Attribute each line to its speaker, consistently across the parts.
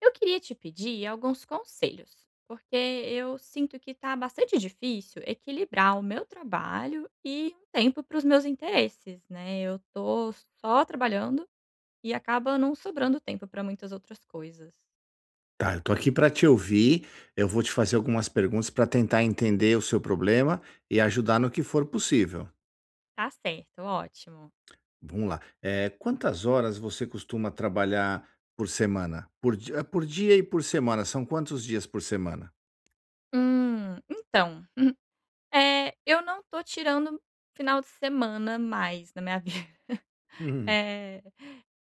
Speaker 1: Eu queria te pedir alguns conselhos, porque eu sinto que tá bastante difícil equilibrar o meu trabalho e um tempo para os meus interesses, né? Eu tô só trabalhando e acaba não sobrando tempo para muitas outras coisas.
Speaker 2: Tá, eu tô aqui para te ouvir. Eu vou te fazer algumas perguntas para tentar entender o seu problema e ajudar no que for possível.
Speaker 1: Tá certo, ótimo.
Speaker 2: Vamos lá. Quantas horas você costuma trabalhar por semana? Por dia e por semana, são quantos dias por semana?
Speaker 1: Então, é, eu não tô tirando final de semana mais na minha vida.
Speaker 2: Uhum.
Speaker 1: É,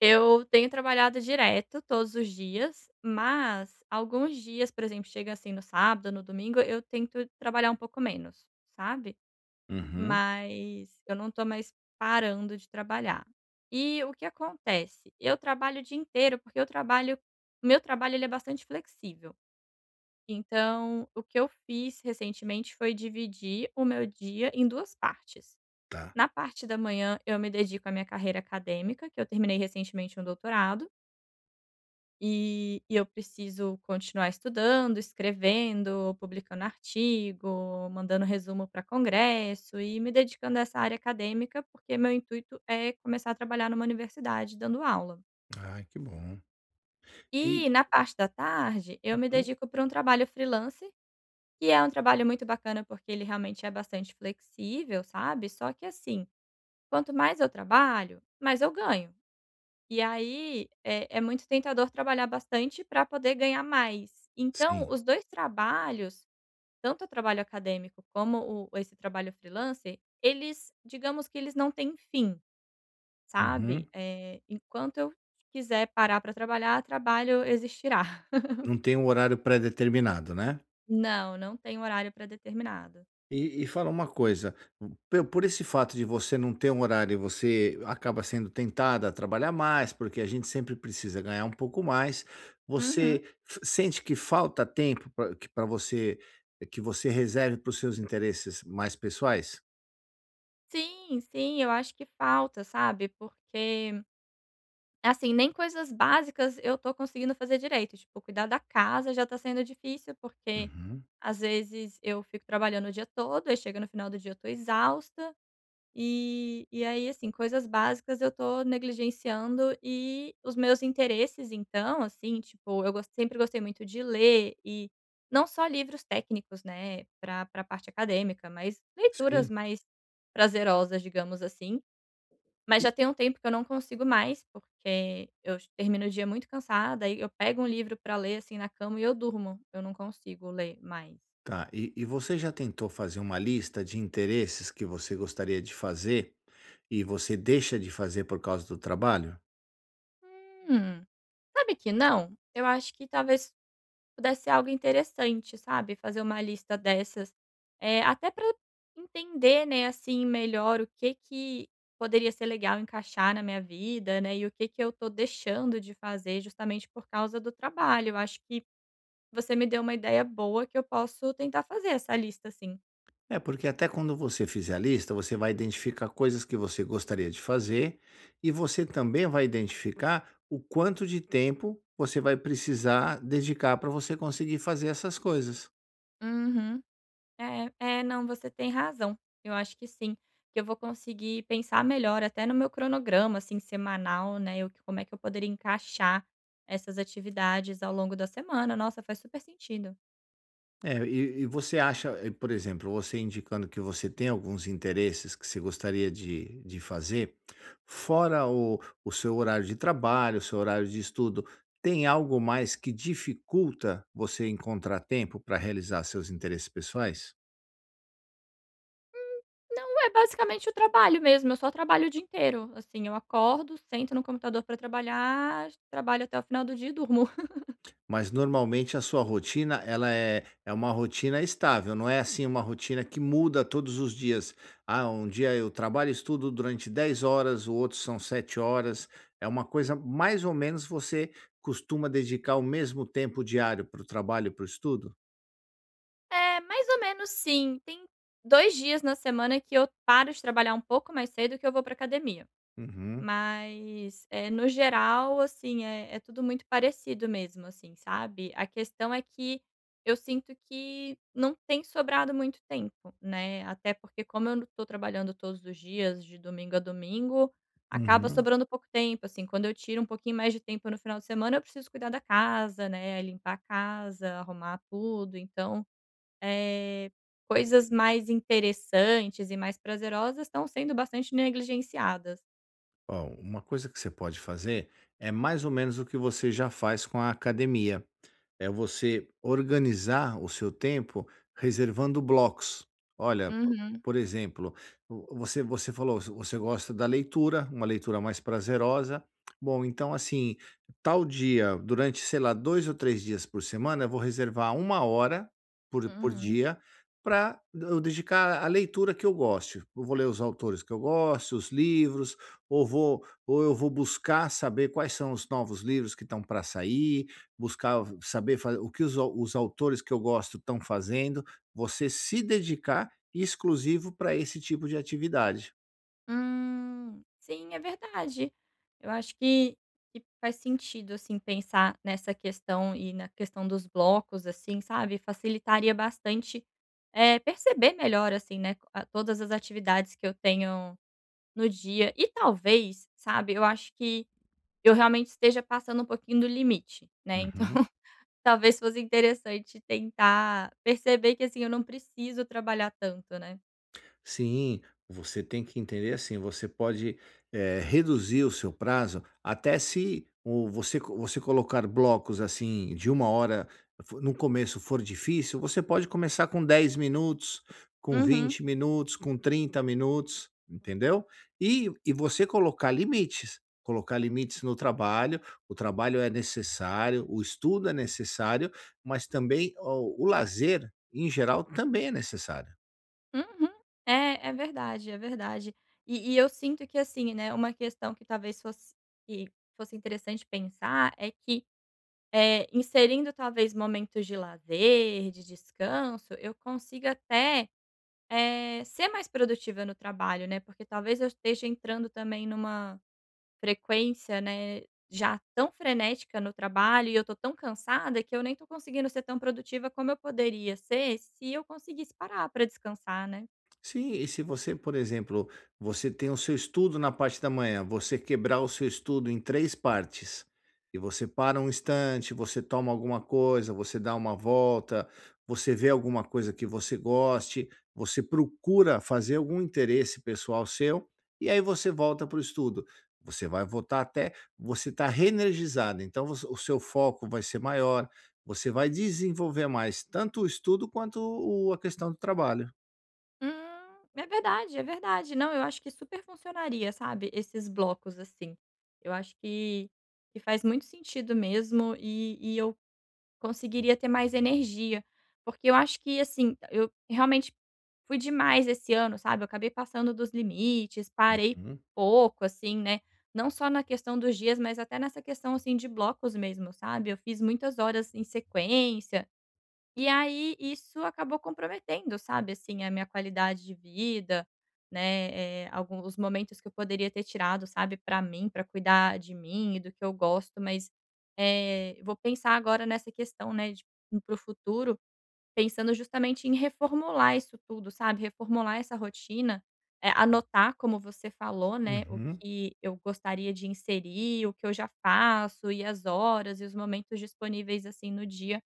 Speaker 1: eu tenho trabalhado direto todos os dias, mas alguns dias, por exemplo, chega assim no sábado, no domingo, eu tento trabalhar um pouco menos, sabe.
Speaker 2: Uhum,
Speaker 1: Mas eu não tô mais parando de trabalhar. E o que acontece? Eu trabalho o dia inteiro, porque eu trabalho o meu trabalho ele é bastante flexível. Então, o que eu fiz recentemente foi dividir o meu dia em 2 partes.
Speaker 2: tá.
Speaker 1: Na parte da manhã, eu me dedico à minha carreira acadêmica, que eu terminei recentemente um doutorado, e eu preciso continuar estudando, escrevendo, publicando artigo, mandando resumo para congresso e me dedicando a essa área acadêmica, porque meu intuito é começar a trabalhar numa universidade dando aula.
Speaker 2: Ai, que bom. E
Speaker 1: E na parte da tarde, eu me
Speaker 2: Uhum.
Speaker 1: dedico para um trabalho freelance, que é um trabalho muito bacana porque ele realmente é bastante flexível, sabe? Só que assim, quanto mais eu trabalho, mais eu ganho. E aí, é muito tentador trabalhar bastante para poder ganhar mais. Então,
Speaker 2: Sim.
Speaker 1: os 2 trabalhos, tanto o trabalho acadêmico como o esse trabalho freelancer, eles digamos que eles não têm fim, sabe.
Speaker 2: Uhum.
Speaker 1: Enquanto eu quiser parar para trabalhar, trabalho existirá.
Speaker 2: Não tem um horário pré-determinado, né?
Speaker 1: Não, não tem horário pré-determinado.
Speaker 2: E fala uma coisa, pe por esse fato de você não ter um horário, você acaba sendo tentada a trabalhar mais, porque a gente sempre precisa ganhar um pouco mais.
Speaker 1: Uhum.
Speaker 2: Você f sente que falta tempo pra que para você que você reserve para os seus interesses mais pessoais?
Speaker 1: Sim, sim, eu acho que falta, sabe, porque assim, nem coisas básicas eu tô conseguindo fazer direito, tipo, cuidar da casa já tá sendo difícil, porque
Speaker 2: Uhum.
Speaker 1: às vezes eu fico trabalhando o dia todo, aí chega no final do dia eu tô exausta, e aí, assim, coisas básicas eu tô negligenciando e os meus interesses, então, assim, tipo, sempre gostei muito de ler e não só livros técnicos, né, pra parte acadêmica, mas leituras
Speaker 2: Sim.
Speaker 1: mais prazerosas, digamos assim. Mas
Speaker 2: E
Speaker 1: já tem um tempo que eu não consigo mais, porque eu ch termino o dia muito cansada, aí eu pego um livro pra ler, assim, na cama e eu durmo, eu não consigo ler mais.
Speaker 2: tá. E você já tentou fazer uma lista de interesses que você gostaria de fazer e você deixa de fazer por causa do trabalho?
Speaker 1: Hum, sabe que não? Eu acho que talvez pudesse ser algo interessante, sabe, fazer uma lista dessas, até pra entender, né, assim, melhor o que que poderia ser legal encaixar na minha vida, né, e o que que eu tô deixando de fazer justamente por causa do trabalho. Eu acho que você me deu uma ideia boa que eu posso tentar fazer essa lista, assim.
Speaker 2: É, porque até quando você fizer a lista, você vai identificar coisas que você gostaria de fazer e você também vai identificar o quanto de tempo você vai precisar dedicar para você conseguir fazer essas coisas.
Speaker 1: Uhum. É, é, não, você tem razão. Eu acho que sim, que eu vou conseguir pensar melhor até no meu cronograma, assim, semanal, né, eu como é que eu poderia encaixar essas atividades ao longo da semana. Nossa, faz super sentido.
Speaker 2: É, e você acha, por exemplo, você indicando que você tem alguns interesses que você gostaria de fazer, fora o seu horário de trabalho, o seu horário de estudo, tem algo mais que dificulta você encontrar tempo para realizar seus interesses pessoais?
Speaker 1: Não, é basicamente o trabalho mesmo, eu só trabalho o dia inteiro, assim, eu acordo, sento no computador para trabalhar, trabalho até o final do dia e durmo.
Speaker 2: Mas normalmente a sua rotina, ela é uma rotina estável, não é assim uma rotina que muda todos os dias. Ah, um dia eu trabalho e estudo durante 10 horas, o outro são 7 horas. É uma coisa mais ou menos você costuma dedicar o mesmo tempo diário para o trabalho e para o estudo?
Speaker 1: É, mais ou menos sim. Tem 2 dias na semana que eu paro de trabalhar um pouco mais cedo que eu vou pra academia.
Speaker 2: Uhum,
Speaker 1: Mas, é no geral, assim, é tudo muito parecido mesmo, assim, sabe. A questão é que eu sinto que não tem sobrado muito tempo, né, até porque como eu tô trabalhando todos os dias, de domingo a domingo, acaba
Speaker 2: uhum.
Speaker 1: sobrando pouco tempo, assim. Quando eu tiro um pouquinho mais de tempo no final de semana, eu preciso cuidar da casa, né, limpar a casa, arrumar tudo, então eh, coisas mais interessantes e mais prazerosas estão sendo bastante negligenciadas.
Speaker 2: Ó, uma coisa que você pode fazer é mais ou menos o que você já faz com a academia. É você organizar o seu tempo reservando blocos. Olha,
Speaker 1: Uhum,
Speaker 2: por exemplo, vo você você falou, você gosta da leitura, uma leitura mais prazerosa. Bom, então, assim, tal dia, durante, sei lá, 2 ou 3 dias por semana, eu vou reservar 1 hora por
Speaker 1: uhum.
Speaker 2: dia para eu dedicar à leitura que eu goste. Eu vou ler os autores que eu gosto, os livros, ou vou ou eu vou buscar saber quais são os novos livros que estão para sair buscar saber fa o que os autores que eu gosto estão fazendo, você se dedicar exclusivo para esse tipo de atividade.
Speaker 1: Sim, é verdade. Eu acho que faz sentido, assim, pensar nessa questão e na questão dos blocos, assim, sabe, facilitaria bastante, perceber melhor, assim, né, a todas as atividades que eu tenho no dia e talvez, sabe, eu acho que eu realmente esteja passando um pouquinho do limite, né.
Speaker 2: Uhum.
Speaker 1: Talvez fosse interessante tentar perceber que, assim, eu não preciso trabalhar tanto, né.
Speaker 2: Sim, você tem que entender assim, você pode reduzir o seu prazo até se o, você, co- você colocar blocos assim de 1 hora no começo for difícil, você pode começar com 10 minutos, com
Speaker 1: Uhum,
Speaker 2: 20 minutos, com 30 minutos, entendeu? E você colocar limites no trabalho, o trabalho é necessário, o estudo é necessário, mas também ó, o lazer, em geral, também é necessário.
Speaker 1: uhum. É, é verdade, é verdade. E eu sinto que, assim, né, uma questão que talvez fosse que fosse interessante pensar é que, inserindo talvez momentos de lazer, de descanso, eu consiga até, ser mais produtiva no trabalho, né, porque talvez eu esteja entrando também numa frequência, né, já tão frenética no trabalho e eu tô tão cansada que eu nem tô conseguindo ser tão produtiva como eu poderia ser se eu conseguisse parar pra descansar, né.
Speaker 2: Sim, e se você, por exemplo, você tem o seu estudo na parte da manhã, você quebrar o seu estudo em três partes, e você para um instante, você toma alguma coisa, você dá uma volta, você vê alguma coisa que você goste, você procura fazer algum interesse pessoal seu, e aí você volta para o estudo. Você vai voltar até você estar reenergizado, então o seu foco vai ser maior, você vai desenvolver mais tanto o estudo quanto a questão do trabalho.
Speaker 1: Hum. É verdade, é verdade. Não, eu acho que super funcionaria, sabe, esses blocos, assim. Eu acho que faz muito sentido mesmo e eu conseguiria ter mais energia, porque eu acho que, assim, eu realmente fui demais esse ano, sabe, eu acabei passando dos limites, parei pouco, assim, né, não só na questão dos dias, mas até nessa questão, assim, de blocos mesmo, sabe, eu fiz muitas horas em sequência, e aí isso acabou comprometendo, sabe, assim, a minha qualidade de vida, né, algum momentos que eu poderia ter tirado, sabe, pra mim, pra cuidar de mim e do que eu gosto, mas, vou pensar agora nessa questão, né, de para o futuro, pensando justamente em reformular isso tudo, sabe, reformular essa rotina, anotar, como você falou, né, o
Speaker 2: Uhum.
Speaker 1: que eu gostaria de inserir, o que eu já faço e as horas e os momentos disponíveis, assim, no dia.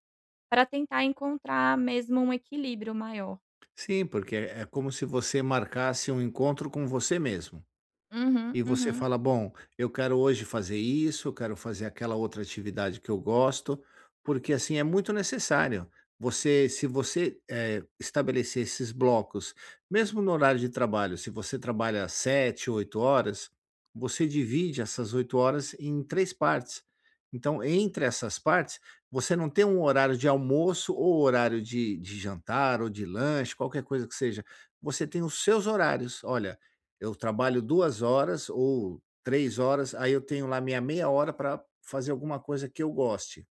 Speaker 1: Pra tentar encontrar mesmo um equilíbrio maior.
Speaker 2: Sim, porque é como se você marcasse um encontro com você mesmo.
Speaker 1: Uhum,
Speaker 2: E você
Speaker 1: uhum,
Speaker 2: fala: "Bom, eu quero hoje fazer isso, eu quero fazer aquela outra atividade que eu gosto", porque, assim, é muito necessário. Você se você, eh, estabelecer esses blocos, mesmo no horário de trabalho, se você trabalha 7 8 horas, você divide essas 8 horas em 3 partes. Então, entre essas partes, você não tem um horário de almoço ou horário de jantar ou de lanche, qualquer coisa que seja, você tem os seus horários. "Olha, eu trabalho 2 horas ou 3 horas, aí eu tenho lá minha meia hora para fazer alguma coisa que eu goste.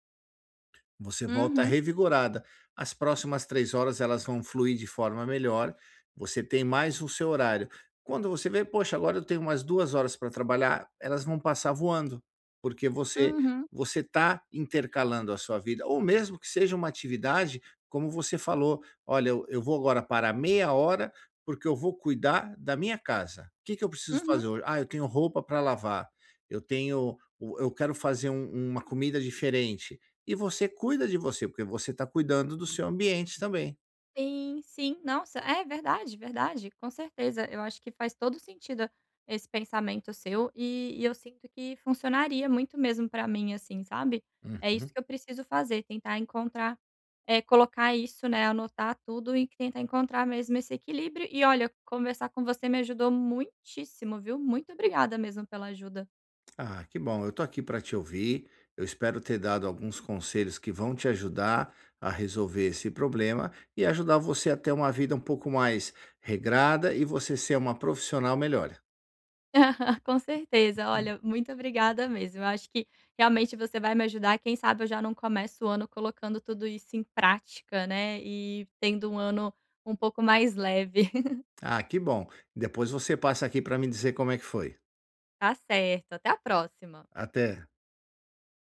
Speaker 2: Você volta
Speaker 1: uhum,
Speaker 2: revigorada. As próximas 3 horas elas vão fluir de forma melhor, você tem mais o seu horário. Quando você vê: "Poxa, agora eu tenho umas 2 horas para trabalhar", elas vão passar voando, porque
Speaker 1: uhum,
Speaker 2: você está intercalando a sua vida, ou mesmo que seja uma atividade, como você falou: "Olha, eu vou agora parar meia hora, porque eu vou cuidar da minha casa. O que que eu preciso
Speaker 1: uhum.
Speaker 2: fazer hoje? Ah, eu tenho roupa para lavar, eu tenho eu quero fazer uma comida diferente". E você cuida de você, porque você está cuidando do seu ambiente também.
Speaker 1: Sim, sim. Nossa, é verdade, verdade, com certeza. Eu acho que faz todo sentido esse pensamento seu e eu sinto que funcionaria muito mesmo pra mim, assim, sabe. É isso
Speaker 2: Uhum.
Speaker 1: que eu preciso fazer, tentar encontrar, colocar isso, né, anotar tudo e tentar encontrar mesmo esse equilíbrio. E olha, conversar com você me ajudou muitíssimo, viu. Muito obrigada mesmo pela ajuda.
Speaker 2: Ah, que bom. Eu estou aqui para te ouvir. Eu espero ter dado alguns conselhos que vão te ajudar a resolver esse problema e ajudar você a ter uma vida um pouco mais regrada e você ser uma profissional melhor.
Speaker 1: Com certeza.
Speaker 2: Hum.
Speaker 1: Olha, muito obrigada mesmo. Eu acho que realmente você vai me ajudar. Quem sabe eu já não começo o ano colocando tudo isso em prática, né? E tendo um ano um pouco mais leve.
Speaker 2: Ah, que bom. Depois você passa aqui para me dizer como é que foi.
Speaker 1: Tá certo. Até a próxima.
Speaker 2: Até.